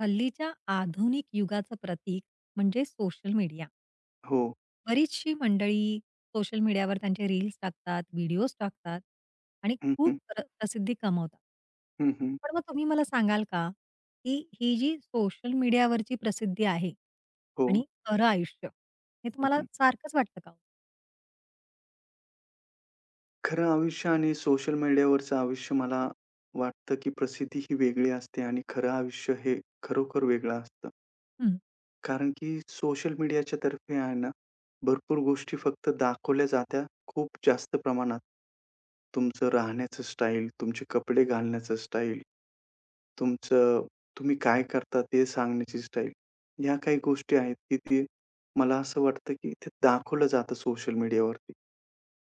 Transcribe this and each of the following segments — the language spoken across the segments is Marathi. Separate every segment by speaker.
Speaker 1: हल्लीच्या आधुनिक युगाचं प्रतीक म्हणजे सोशल मीडिया.
Speaker 2: हो.
Speaker 1: बरीचशी मंडळी सोशल मीडियावर त्यांचे रील्स टाकतात, व्हिडिओज टाकतात आणि
Speaker 2: हं,
Speaker 1: खूप
Speaker 2: हं.
Speaker 1: प्रसिद्धी कमवतात.
Speaker 2: हं, हं.
Speaker 1: पण मग तुम्ही मला सांगाल का, की ही जी सोशल मीडियावरची प्रसिद्धी आहे
Speaker 2: हो.
Speaker 1: आणि खरं आयुष्य, हे
Speaker 2: हं,
Speaker 1: तुम्हाला
Speaker 2: हं.
Speaker 1: सारखंच वाटतं का हो?
Speaker 2: खरं आयुष्य आणि सोशल मीडियावरचं आयुष्य मला वाटतं, की प्रसिद्धी ही वेगळी असते आणि खरं आयुष्य हे खरोखर वेगळं असतं.
Speaker 1: हं.
Speaker 2: कारण की सोशल मीडियाच्या तर्फे आहे ना, भरपूर गोष्टी फक्त दाखवल्या जात्या खूप जास्त प्रमाणात. तुमचं राहण्याचं स्टाईल, तुमचे कपडे घालण्याचं स्टाईल, तुमचं तुम्ही काय करता ते सांगण्याची स्टाईल. ह्या काही गोष्टी आहेत, की ते मला असं वाटतं, की ते दाखवलं जातं सोशल मीडियावरती.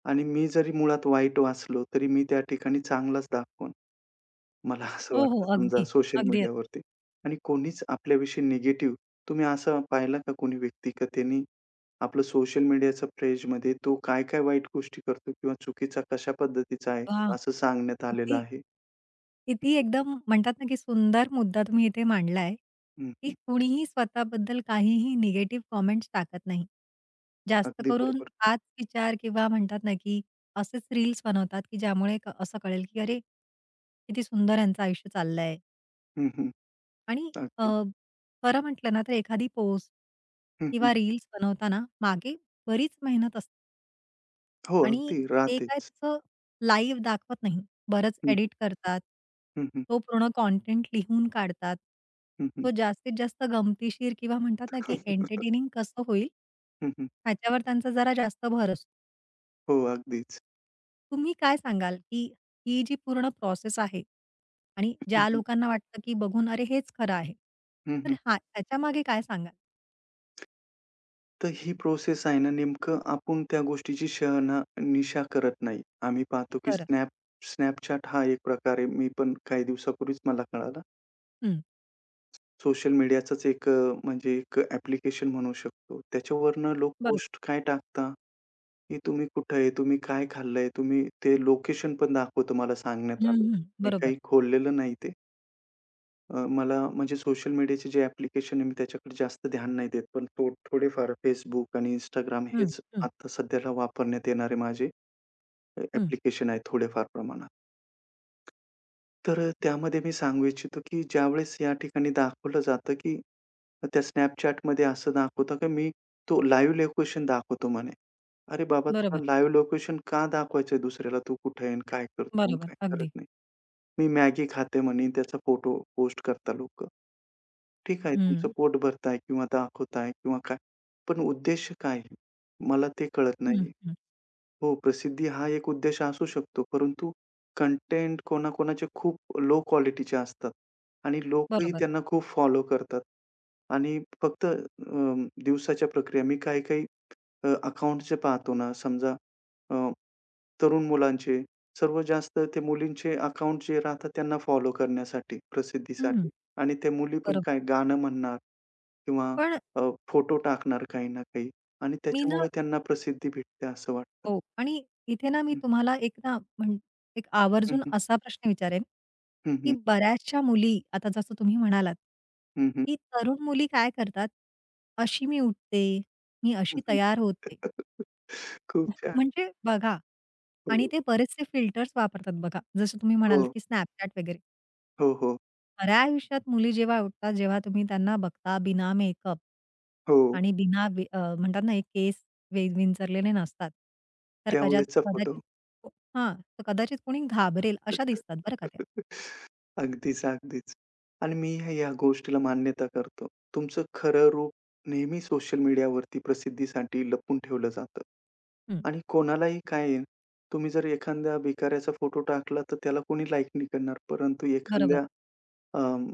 Speaker 2: आणि मी जरी मुळात वाईट वाचलो, तरी मी त्या ठिकाणी चांगलाच दाखवून, मला असं
Speaker 1: हो, हो.
Speaker 2: वाटतं समजा
Speaker 1: अगदी,
Speaker 2: सोशल
Speaker 1: अगदी.
Speaker 2: मीडियावरती. आणि कोणीच आपल्याविषयी निगेटिव्ह तुम्ही असा पाहिला का कोणी व्यक्ती का त्यांनी आपलं सोशल मीडियाच्या क्रेजमध्ये तो काय-काय वाईट गोष्टी करतो किंवा चुकीचा कशा पद्धतीचा आहे,
Speaker 1: वाह!
Speaker 2: असं सांगण्यात आलेलं
Speaker 1: किती
Speaker 2: आहे.
Speaker 1: किती एकदम म्हणतात ना, की सुंदर मुद्दा तुम्ही इथे मांडलाय,
Speaker 2: हं,
Speaker 1: की
Speaker 2: हं.
Speaker 1: कुणीही स्वतःबद्दल काहीही निगेटिव्ह कॉमेंट्स टाकत नाही. जास्त
Speaker 2: अगदी
Speaker 1: करून
Speaker 2: बरोबर.
Speaker 1: हाच विचार किंवा म्हणतात ना, की असेच रील्स बनवतात, की ज्यामुळे असं कळेल, की अरे, किती सुंदर यांचं आयुष्य चाललंय
Speaker 2: हं, हं.
Speaker 1: आणि अ,
Speaker 2: अगदी.
Speaker 1: खरं म्हटलं ना, तर एखादी पोस्ट
Speaker 2: हं, हं.
Speaker 1: किंवा रील्स बनवताना मागे बरीच मेहनत असते.
Speaker 2: हो,
Speaker 1: आणि
Speaker 2: अगदी
Speaker 1: ते काय
Speaker 2: राहतेच.
Speaker 1: तसं लाईव्ह दाखवत नाही. बरंच
Speaker 2: हं, हं.
Speaker 1: एडिट करतात.
Speaker 2: हं, हं.
Speaker 1: तो पूर्ण कंटेंट लिहून काढतात.
Speaker 2: हं, हं.
Speaker 1: तो जास्तीत जास्त गमतीशीर किंवा म्हणतात ना, की एंटरटेनिंग कसं होईल ह्याच्यावर त्यांचा जरा जास्त भर असतो.
Speaker 2: हो, अगदीच.
Speaker 1: तुम्ही काय सांगाल, की ही जी पूर्ण प्रोसेस आहे आणि
Speaker 2: हं,
Speaker 1: ज्या
Speaker 2: हं.
Speaker 1: लोकांना वाटतं, की बघून अरे हेच खरं आहे. तर हा त्याच्यामागे काय सांगाल?
Speaker 2: तर ही प्रोसेस आहे ना, नेमकं आपण त्या गोष्टीची शहना निशा करत नाही. आम्ही पाहतो की
Speaker 1: खरं.
Speaker 2: Snapchat हा एक प्रकारे मी पण काही दिवसापूर्वीच मला कळाला.
Speaker 1: हं.
Speaker 2: सोशल मीडियाचाच एक म्हणजे एक ॲप्लिकेशन म्हणू शकतो. त्याच्यावरनं लोक
Speaker 1: बरोबर.
Speaker 2: पोस्ट काय टाकतात, की तुम्ही कुठे आहे, तुम्ही काय खाल्लंय, तुम्ही ते लोकेशन पण दाखवतो मला सांगण्यात
Speaker 1: हं,
Speaker 2: आलं.
Speaker 1: हं.
Speaker 2: मी काही
Speaker 1: बरोबर.
Speaker 2: खोललेलं नाही ते. मला म्हणजे सोशल मीडियाचे जे ॲप्लिकेशन आहे, मी त्याच्याकडे जास्त ध्यान नाही देत. पण थोडेफार Facebook आणि इंस्टाग्राम
Speaker 1: हं,
Speaker 2: हेच
Speaker 1: हं,
Speaker 2: आता सध्याला वापरण्यात येणारे माझे
Speaker 1: हं.
Speaker 2: ॲप्लिकेशन आहेत थोडेफार प्रमाणात. तर त्यामध्ये मी सांगू इच्छितो, की ज्यावेळेस या ठिकाणी दाखवलं जातं, की त्या Snapchatमध्ये असं दाखवतं, की मी तो लाईव्ह लोकेशन दाखवतो म्हणे. अरे बाबा,
Speaker 1: बरोबर,
Speaker 2: तुला लाईव्ह लोकेशन का दाखवायचंय दुसऱ्याला? तू कुठे आहे आणि काय करतो आणि
Speaker 1: बरोबर.
Speaker 2: काय करत
Speaker 1: अगदी.
Speaker 2: नाही? मी मॅगी खाते म्हणे, त्याचा फोटो पोस्ट करता लोकं. ठीक आहे,
Speaker 1: हं,
Speaker 2: तुमचं पोट भरताय किंवा दाखवताय किंवा काय. पण उद्देश काय? आहे? मला ते कळत
Speaker 1: हं,
Speaker 2: नाही.
Speaker 1: हं.
Speaker 2: हो, प्रसिद्धी हा एक उद्देश असू शकतो, परंतु कंटेंट कोणाकोणाचे खूप लो क्वालिटीचे असतात आणि लोकही
Speaker 1: बरोबर.
Speaker 2: त्यांना खूप फॉलो करतात आणि फक्त दिवसाच्या प्रक्रिया मी काही-काही अकाउंटचे पाहतो ना, समजा अ, तरुण मुलांचे, सर्वात जास्त ते मुलींचे अकाउंट जे राहतात त्यांना फॉलो करण्यासाठी,
Speaker 1: हं,
Speaker 2: प्रसिद्धीसाठी आणि त्या मुली पण
Speaker 1: बरोबर.
Speaker 2: काय गाणं म्हणणार किंवा
Speaker 1: पण
Speaker 2: फोटो टाकणार काही ना काही आणि
Speaker 1: मी ना
Speaker 2: त्याच्यामुळे त्यांना प्रसिद्धी भेटते असं वाटतं.
Speaker 1: हो आणि इथे ना मी
Speaker 2: हं,
Speaker 1: तुम्हाला एक ना म्हण एक
Speaker 2: हं,
Speaker 1: आवर्जून
Speaker 2: हं.
Speaker 1: असा प्रश्न विचारेन,
Speaker 2: हं,
Speaker 1: की
Speaker 2: हं.
Speaker 1: बऱ्याचशा मुली आता जसं तुम्ही म्हणालात,
Speaker 2: हं, हं.
Speaker 1: की तरुण मुली काय करतात, अशी मी उठते, मी अशी
Speaker 2: हं,
Speaker 1: तयार होते.
Speaker 2: खूप छान.
Speaker 1: म्हणजे बघा आणि
Speaker 2: हो,
Speaker 1: ते बरेचसे फिल्टर्स वापरतात बघा. जसं तुम्ही
Speaker 2: हो.
Speaker 1: म्हणालात, की Snapchat वगैरे.
Speaker 2: हो, हो.
Speaker 1: खऱ्या आयुष्यात मुली जेव्हा उठतात, जेव्हा तुम्ही त्यांना बघता बिना मेकअप
Speaker 2: हो.
Speaker 1: आणि म्हणतात ना, एक केस विंचरलेले नसतात. तर कजा
Speaker 2: त्यावेळेचा फोटो.
Speaker 1: कदाचित तर कदाचित कोणी घाबरेल अशा दिसतात बरं का त्या.
Speaker 2: अगदीच, अगदीच. आणि मी या गोष्टीला मान्यता करतो. तुमचं खरं रूप नेहमी सोशल मीडियावरती प्रसिद्धीसाठी लपवून ठेवलं जातं.
Speaker 1: हं.
Speaker 2: आणि कोणालाही काय आहे, तुम्ही जर एखाद्या भिकाऱ्याचा फोटो टाकला, तर त्याला कोणी लाइक नाही करणार. परंतु
Speaker 1: बरोबर.
Speaker 2: एखाद्या अं,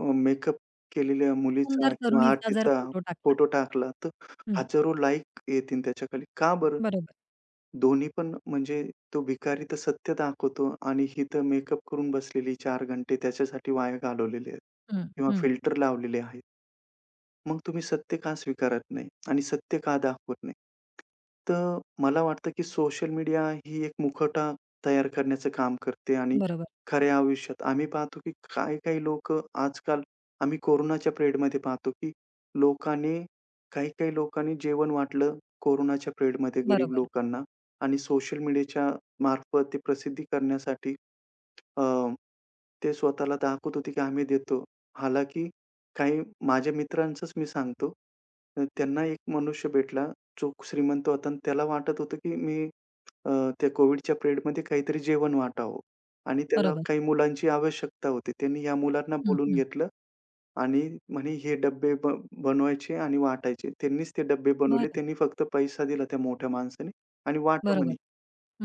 Speaker 2: मेकअप केलेल्या मुलीचा
Speaker 1: सुंदर
Speaker 2: किंवा
Speaker 1: तरुणीचा जर
Speaker 2: आरतीचा
Speaker 1: फोटो टाकला.
Speaker 2: फोटो टाकला, तर
Speaker 1: हं,
Speaker 2: हजारो लाईक येतील त्याच्याखाली. का बरं?
Speaker 1: बरोबर.
Speaker 2: दोन्ही पण म्हणजे तो भिकारी तर सत्य दाखवतो आणि ही तर मेकअप करून बसलेली 4 घंटे त्याच्यासाठी वाया घालवलेले आहेत
Speaker 1: हं,
Speaker 2: किंवा
Speaker 1: हं.
Speaker 2: फिल्टर लावलेले आहेत. मग तुम्ही सत्य का स्वीकारत नाही आणि सत्य का दाखवत नाही? तर मला वाटतं, की सोशल मीडिया ही एक मुखवटा तयार करण्याचं काम करते आणि
Speaker 1: बरोबर,
Speaker 2: खऱ्या आयुष्यात आम्ही पाहतो, की काही-काही लोक आजकाल आम्ही कोरोनाच्या पिरियडमध्ये पाहतो, की लोकांनी काही-काही लोकांनी जेवण वाटलं कोरोनाच्या पिरियडमध्ये गरीब
Speaker 1: बरोबर,
Speaker 2: लोकांना आणि सोशल मीडियाच्या मार्फत ते प्रसिद्धी करण्यासाठी अ, ते स्वतःला दाखवत होते की आम्ही देतो. हालांकी काही माझ्या मित्रांचंच मी सांगतो. त्यांना एक मनुष्य भेटला, जो श्रीमंत होता आणि त्याला वाटत होतं की मी अ, त्या कोव्हिडच्या पिरियडमध्ये काहीतरी जेवण वाटावं आणि त्याला
Speaker 1: बरोबर.
Speaker 2: काही मुलांची आवश्यकता होती. त्यांनी या मुलांना
Speaker 1: हं,
Speaker 2: बोलून
Speaker 1: हं.
Speaker 2: घेतलं आणि म्हणे हे डब्बे बनवायचे आणि वाटायचे. त्यांनीच ते डब्बे बनवले.
Speaker 1: बरं.
Speaker 2: त्यांनी फक्त पैसा दिला त्या मोठ्या माणसाने आणि वाटा म्हणे.
Speaker 1: बरोबर.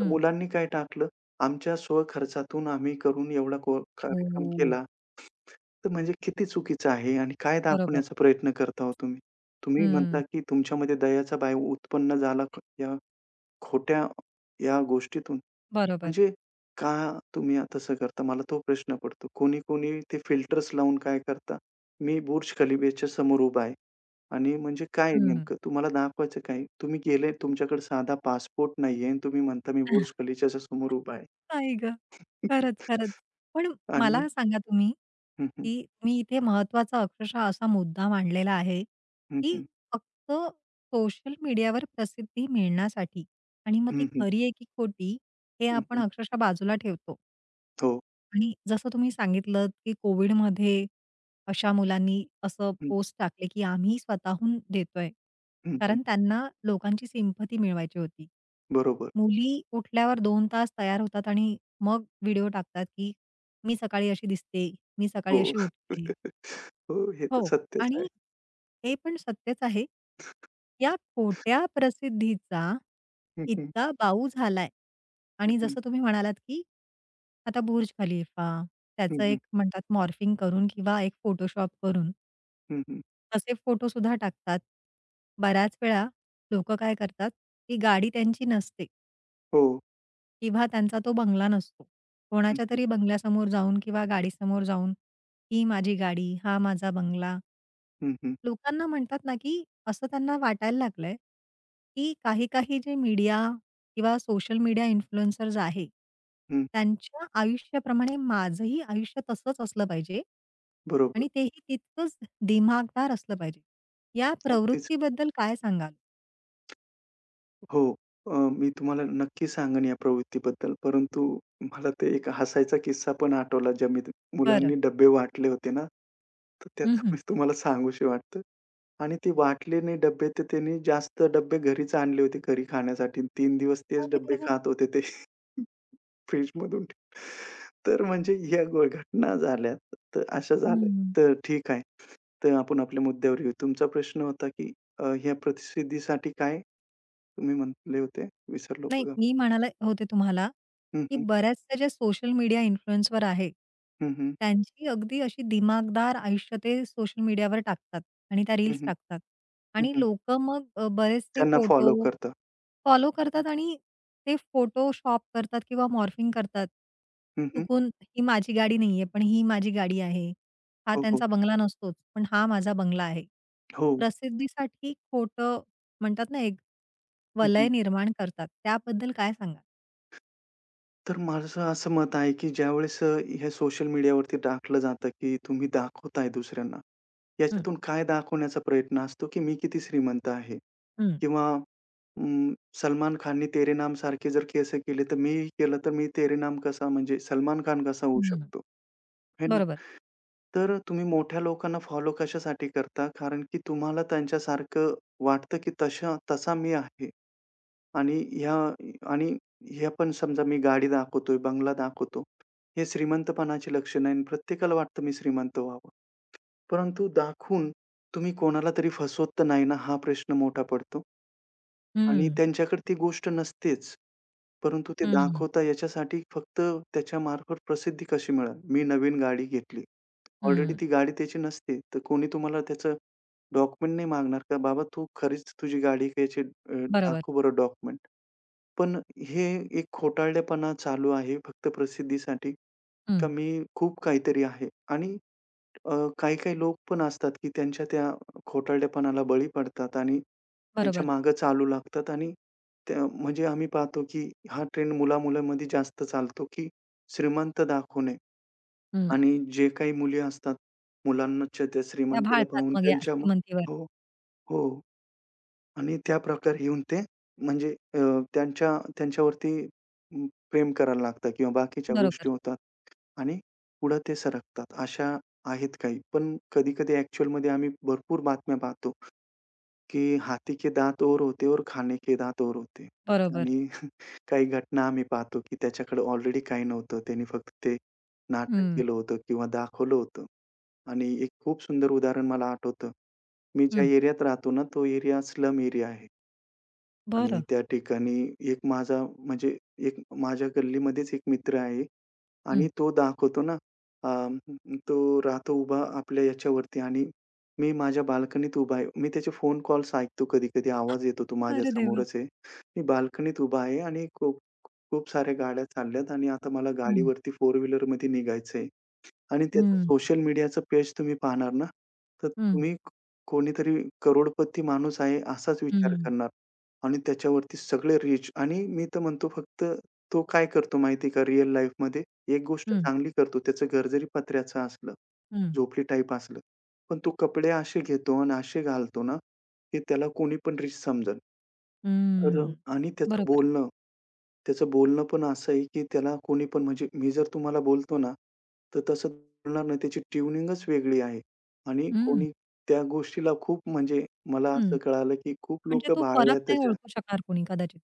Speaker 2: तर मुलांनी काय टाकलं, आमच्या स्वखर्चातून आम्ही करून एवढा कार्यक्रम
Speaker 1: हो.
Speaker 2: केला. तर म्हणजे किती चुकीचं आहे आणि काय
Speaker 1: बरोबर.
Speaker 2: दाखवण्याचा प्रयत्न करता हो तुम्ही? तुम्ही म्हणता,
Speaker 1: हं.
Speaker 2: की तुमच्यामध्ये दयाचा भाव उत्पन्न झाला या खोट्या या गोष्टीतून.
Speaker 1: बरोबर.
Speaker 2: म्हणजे का तुम्ही तसं करता? मला तो प्रश्न पडतो. कोणी-कोणी ते फिल्टर्स लावून काय करता? मी बुर्ज खलिफाच्या समोर उभा आहे आणि म्हणजे काय
Speaker 1: हं.
Speaker 2: नेमकं तुम्हाला दाखवायचं काय? तुम्ही गेले तुमच्याकडे साधा पासपोर्ट नाहीये आणि तुम्ही म्हणता मी बुर्ज खलिफाच्या समोर उभा आहे.
Speaker 1: नाही गं. खरंच, खरंच. पण
Speaker 2: आणि
Speaker 1: मला सांगा तुम्ही,
Speaker 2: हं, हं,
Speaker 1: की तुम्ही इथे महत्त्वाचा अक्षरशः असा मुद्दा मांडलेला आहे,
Speaker 2: हं,
Speaker 1: की
Speaker 2: हं.
Speaker 1: फक्त सोशल मीडियावर प्रसिद्धी मिळण्यासाठी आणि मग ती
Speaker 2: हं, हं,
Speaker 1: खरी आहे की खोटी हे आपण
Speaker 2: हं,
Speaker 1: अक्षरशः बाजूला ठेवतो.
Speaker 2: हो.
Speaker 1: आणि जसं तुम्ही सांगितलं, की कोविडमध्ये अशा मुलांनी असं
Speaker 2: हं,
Speaker 1: पोस्ट टाकले, की आम्ही स्वतःहून देतोय.
Speaker 2: हं, हं.
Speaker 1: कारण त्यांना लोकांची सिंपती मिळवायची होती.
Speaker 2: बरोबर.
Speaker 1: मुली उठल्यावर 2 तास तयार होतात आणि मग व्हिडिओ टाकतात, की मी सकाळी अशी दिसते, मी
Speaker 2: हो.
Speaker 1: सकाळी अशी उठते.
Speaker 2: हो, हे तर
Speaker 1: हो.
Speaker 2: सत्यच आहे.
Speaker 1: आणि हे पण सत्यच आहे. या खोट्या प्रसिद्धीचा
Speaker 2: हं, हं,
Speaker 1: इतका बाऊ झालाय
Speaker 2: हं,
Speaker 1: आणि
Speaker 2: हं.
Speaker 1: जसं तुम्ही म्हणालात, की आता बुर्ज खलीफा,
Speaker 2: हं,
Speaker 1: त्याचं
Speaker 2: हं,
Speaker 1: एक म्हणतात मॉर्फिंग करून किंवा एक फोटोशॉप करून तसे फोटोसुद्धा टाकतात. बऱ्याच वेळा लोकं काय करतात, ती गाडी त्यांची नसते.
Speaker 2: हो.
Speaker 1: किंवा त्यांचा तो बंगला नसतो.
Speaker 2: हं,
Speaker 1: कोणाच्या
Speaker 2: हं,
Speaker 1: तरी बंगल्यासमोर जाऊन किंवा गाडीसमोर जाऊन, "ही माझी गाडी, हा माझा बंगला."
Speaker 2: हं, हं,
Speaker 1: लोकांना म्हणतात ना, की असं त्यांना वाटायला लागलंय, की काही-काही जे मीडिया किंवा सोशल मीडिया इन्फ्लुएन्सर्स आहे, त्यांच्या आयुष्याप्रमाणे माझंही आयुष्य तसंच असलं पाहिजे
Speaker 2: बरोबर.
Speaker 1: आणि तेही तितकंच दिमाखदार असलं पाहिजे. या
Speaker 2: अगदीच.
Speaker 1: प्रवृत्तीबद्दल काय सांगाल?
Speaker 2: हो. अ, मी तुम्हाला नक्की सांगेन या प्रवृत्तीबद्दल. परंतु मला ते एक हसायचा किस्सा पण आठवला ज्या मी
Speaker 1: बरं.
Speaker 2: मुलांनी डब्बे वाटले होते ना, तर
Speaker 1: हं,
Speaker 2: त्याचं
Speaker 1: हं.
Speaker 2: मी तुम्हाला सांगूशी वाटतं. आणि ते वाटले नाही डब्बे तर त्यांनी जास्त डब्बे घरीच आणले होते घरी खाण्यासाठी. 3 दिवस तेच
Speaker 1: अरे
Speaker 2: डब्बे
Speaker 1: देवा!
Speaker 2: खात होते ते फ्रिजमधून. तर म्हणजे ह्या घटना झाल्या. तर अशा झाल्या.
Speaker 1: हं.
Speaker 2: तर ठीक आहे. तर आपण आपल्या मुद्द्यावर येऊ. तुमचा प्रश्न होता की ह्या प्रसिद्धीसाठी काय तुम्ही म्हटले होते? विसरलो
Speaker 1: नाही,
Speaker 2: बघा.
Speaker 1: मी म्हणायला होते तुम्हाला,
Speaker 2: हं,
Speaker 1: की
Speaker 2: हं.
Speaker 1: बऱ्याचशा ज्या सोशल मीडिया इन्फ्लुएन्सर आहे,
Speaker 2: हं, हं.
Speaker 1: त्यांची अगदी अशी दिमागदार आयुष्य ते सोशल मीडियावर टाकतात आणि त्या
Speaker 2: हं,
Speaker 1: रील्स
Speaker 2: हं.
Speaker 1: टाकतात.
Speaker 2: हं,
Speaker 1: आणि
Speaker 2: हं.
Speaker 1: लोकं मग बरेचसे
Speaker 2: त्यांना
Speaker 1: फोटो
Speaker 2: फॉलो करता.
Speaker 1: फॉलो करतात आणि ते फोटोशॉप करतात किंवा मॉर्फिंग करतात.
Speaker 2: हं, हं.
Speaker 1: चुकून ही माझी गाडी नाहीये, पण ही माझी गाडी आहे. हा
Speaker 2: हो, हो.
Speaker 1: त्यांचा बंगला नसतोच, पण हा माझा बंगला आहे.
Speaker 2: हो.
Speaker 1: प्रसिद्धीसाठी खोटं म्हणतात ना, एक
Speaker 2: हं, हं.
Speaker 1: वलय निर्माण करतात. त्याबद्दल काय सांगाल?
Speaker 2: तर माझं असं मत आहे, की ज्यावेळेस हे सोशल मीडियावरती टाकलं जातं, की तुम्ही दाखवताय दुसऱ्यांना.
Speaker 1: हं,
Speaker 2: याच्यातून काय दाखवण्याचा प्रयत्न असतो, की मी किती श्रीमंत आहे
Speaker 1: हं,
Speaker 2: किंवा अं, सलमान खानने तेरे नाम सारखे जर केस केले, तर मीही केलं, तर मी तेरे नाम कसा म्हणजे सलमान खान कसा होऊ
Speaker 1: हं.
Speaker 2: शकतो, है ना?
Speaker 1: बरोबर.
Speaker 2: तर तुम्ही मोठ्या लोकांना फॉलो कशासाठी करता? कारण की तुम्हाला त्यांच्यासारखं वाटतं, की तशा तसा मी आहे. आणि ह्या आणि हे पण समजा मी गाडी दाखवतोय, बंगला दाखवतो. हे श्रीमंतपणाची लक्षणं आहे आणि प्रत्येकाला वाटतं मी श्रीमंत व्हावं. परंतु दाखवून तुम्ही कोणाला तरी फसवत तर नाही ना, हा प्रश्न मोठा पडतो. आणि
Speaker 1: हं,
Speaker 2: त्यांच्याकडे ती गोष्ट नसतेच. परंतु ते
Speaker 1: हं,
Speaker 2: दाखवता याच्यासाठी फक्त त्याच्यामार्फत प्रसिद्धी कशी मिळेल? मी नवीन गाडी घेतली. ऑलरेडी
Speaker 1: हं.
Speaker 2: ती गाडी त्याची नसते. तर कोणी तुम्हाला त्याचं डॉक्युमेंट नाही मागणार का? "बाबा तू खरीच तुझी गाडी घ्यायची
Speaker 1: बरोबर.
Speaker 2: दाखव बरं डॉक्युमेंट." पण हे एक खोटारडेपणा चालू आहे फक्त प्रसिद्धीसाठी,
Speaker 1: हं,
Speaker 2: का मी खूप काहीतरी आहे आणि अ, काही-काही लोक पण असतात, की त्या खोटारडेपणाला बळी पडतात आणि त्यांच्या
Speaker 1: बरोबर.
Speaker 2: मागे चालू लागतात आणि त्या म्हणजे आम्ही पाहतो, की हा ट्रेंड जास्त चालतो, की श्रीमंत दाखवणे
Speaker 1: हं.
Speaker 2: आणि जे काही मुली असतात, मुलांच्या त्या
Speaker 1: त्या
Speaker 2: श्रीमंतीला
Speaker 1: भाळतात
Speaker 2: पाहून
Speaker 1: मग या
Speaker 2: त्यांच्या मग
Speaker 1: श्रीमंतीवर.
Speaker 2: हो, हो. आणि त्याप्रकारे येऊन ते म्हणजे त्यांच्यावरती अं, प्रेम करायला लागतं किंवा बाकीच्या गोष्टी
Speaker 1: बरोबर,
Speaker 2: होतात आणि पुढं ते सरकतात. अशा आहेत काही. पण कधी-कधी ॲक्चुअलमध्ये आम्ही भरपूर बातम्या पाहतो, की "हाथी के दात और होते और खाने के दात और होते."
Speaker 1: बरोबर.
Speaker 2: आणि काही घटना आम्ही पाहतो, की त्याच्याकडे ऑलरेडी काही नव्हतं. त्याने फक्त ते नाटक
Speaker 1: हं,
Speaker 2: केलं होतं किंवा दाखवलं होतं. आणि एक खूप सुंदर उदाहरण मला आठवतं. मी ज्या
Speaker 1: हं.
Speaker 2: एरियात राहतो ना, तो एरिया स्लम एरिया आहे. आणि
Speaker 1: बरं.
Speaker 2: त्या ठिकाणी एक माझा म्हणजे एक माझ्या गल्लीमध्येच एक मित्र आहे आणि
Speaker 1: हं.
Speaker 2: तो दाखवतो ना, अं, तो राहतो उभा आपल्या याच्यावरती आणि मी माझ्या बाल्कनीत उभा आहे. मी त्याचे फोन कॉल्स ऐकतो कधी-कधी आवाज येतो तो माझ्या
Speaker 1: अरे देवा!
Speaker 2: समोरच आहे. मी बाल्कनीत उभा आहे आणि खूप खूप साऱ्या गाड्या चालल्यात आणि आता मला
Speaker 1: हं,
Speaker 2: गाडीवरती फोर व्हीलरमध्ये निघायचंय. आणि त्याचं
Speaker 1: हं,
Speaker 2: सोशल मीडियाचं पेज तुम्ही पाहणार ना, तर
Speaker 1: हं,
Speaker 2: तुम्ही कोणीतरी करोडपती माणूस आहे असाच विचार
Speaker 1: हं,
Speaker 2: करणार आणि त्याच्यावरती सगळे रिच आणि मी तर म्हणतो फक्त तो काय करतो माहिती आहे का रिअल लाईफमध्ये एक गोष्ट
Speaker 1: हं,
Speaker 2: चांगली करतो. त्याचं घर जरी पत्र्याचं असलं,
Speaker 1: हं,
Speaker 2: झोपडी टाईप असलं, पण तो कपडे असे घेतो आणि असे घालतो ना, की त्याला कोणी पण रिच समजल. तर
Speaker 1: हं.
Speaker 2: आणि
Speaker 1: बरोबर.
Speaker 2: त्याचं बोलणं पण असं आहे, की त्याला कोणी पण म्हणजे मी जर तुम्हाला बोलतो ना, तर तसं बोलणार नाही. त्याची ट्यूनिंगच वेगळी आहे आणि
Speaker 1: हं,
Speaker 2: कोणी त्या गोष्टीला खूप म्हणजे मला
Speaker 1: हं.
Speaker 2: असं कळालं, की खूप
Speaker 1: म्हणजे
Speaker 2: लोक
Speaker 1: तो
Speaker 2: भाळल्या
Speaker 1: फरक नाही
Speaker 2: त्याच्या.
Speaker 1: ओळखू शकणार कोणी कदाचित.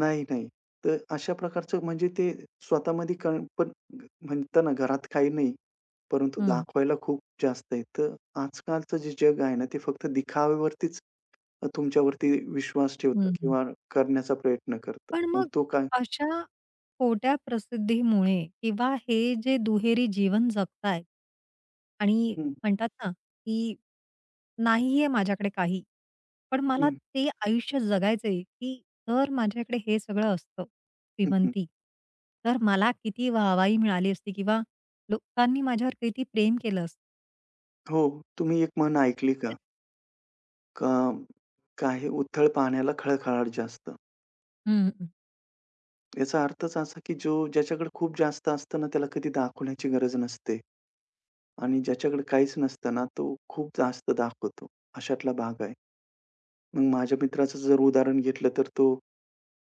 Speaker 2: नाही, नाही. तर अशा प्रकारचं म्हणजे ते स्वतःमध्ये कण पण म्हणता घरात काही नाही, परंतु
Speaker 1: हं,
Speaker 2: दाखवायला खूप जास्त आहे. तर आजकालचं जे जग आहे ना, ते फक्त दिखाव्यावरतीच तुमच्यावरती विश्वास ठेवतं
Speaker 1: हं.
Speaker 2: किंवा करण्याचा प्रयत्न करतं.
Speaker 1: पण
Speaker 2: मग
Speaker 1: मग
Speaker 2: तो काय
Speaker 1: अशा खोट्या प्रसिद्धीमुळे किंवा हे जे दुहेरी जीवन जगतायत आणि
Speaker 2: हं,
Speaker 1: म्हणतात ना, की नाहीये माझ्याकडे काही. पण मला
Speaker 2: हं,
Speaker 1: ते आयुष्य जगायचंय, की जर माझ्याकडे हे सगळं असतं,
Speaker 2: हं, हं.
Speaker 1: श्रीमंती, तर मला किती वाहवाही मिळाली असती किंवा लोकांनी माझ्यावर किती प्रेम केलं असतं.
Speaker 2: हो, तुम्ही एक म्हण ऐकली का? का काही उथळ पाण्याला खळखळाट जास्त.
Speaker 1: हं,
Speaker 2: याचा अर्थच असा, की जो ज्याच्याकडे खूप जास्त असतं ना, त्याला कधी दाखवण्याची गरज नसते. आणि ज्याच्याकडे काहीच नसतं ना, तो खूप जास्त दाखवतो. अशातला भाग आहे. मग माझ्या मित्राचं जर उदाहरण घेतलं, तर तो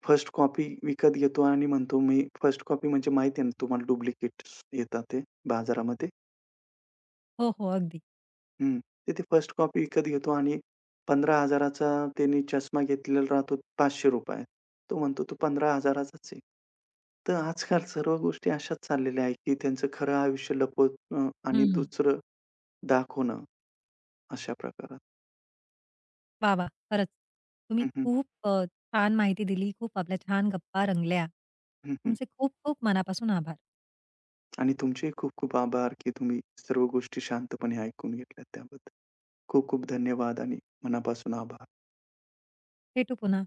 Speaker 2: फर्स्ट कॉपी विकत घेतो आणि म्हणतो, "मी" फर्स्ट कॉपी म्हणजे माहिती आहे ना तुम्हाला डुप्लिकेट्स येतात ते बाजारामध्ये.
Speaker 1: हो, हो. अगदी.
Speaker 2: हं. तर ते फर्स्ट कॉपी विकत घेतो आणि 15,000 चा त्याने चष्मा घेतलेला राहतो ₹500. तो म्हणतो, "तो 15,000 चाच आहे." तर आजकाल सर्व गोष्टी अशाच चाललेल्या आहेत, की त्यांचं खरं आयुष्य लपवणं आणि
Speaker 1: हं.
Speaker 2: दुसरं दाखवणं अशा प्रकारात.
Speaker 1: वाह! वाह! खरंच. तुम्ही
Speaker 2: हं, हं.
Speaker 1: खूप छान माहिती दिली. खूप आपल्या छान गप्पा रंगल्या.
Speaker 2: हं,
Speaker 1: तुमचे खूप खूप मनापासून आभार.
Speaker 2: आणि तुमचे खूप खूप आभार, की तुम्ही सर्व गोष्टी शांतपणे ऐकून घेतल्यात त्याबद्दल. खूप खूप धन्यवाद आणि मनापासून आभार.
Speaker 1: भेटू पुन्हा.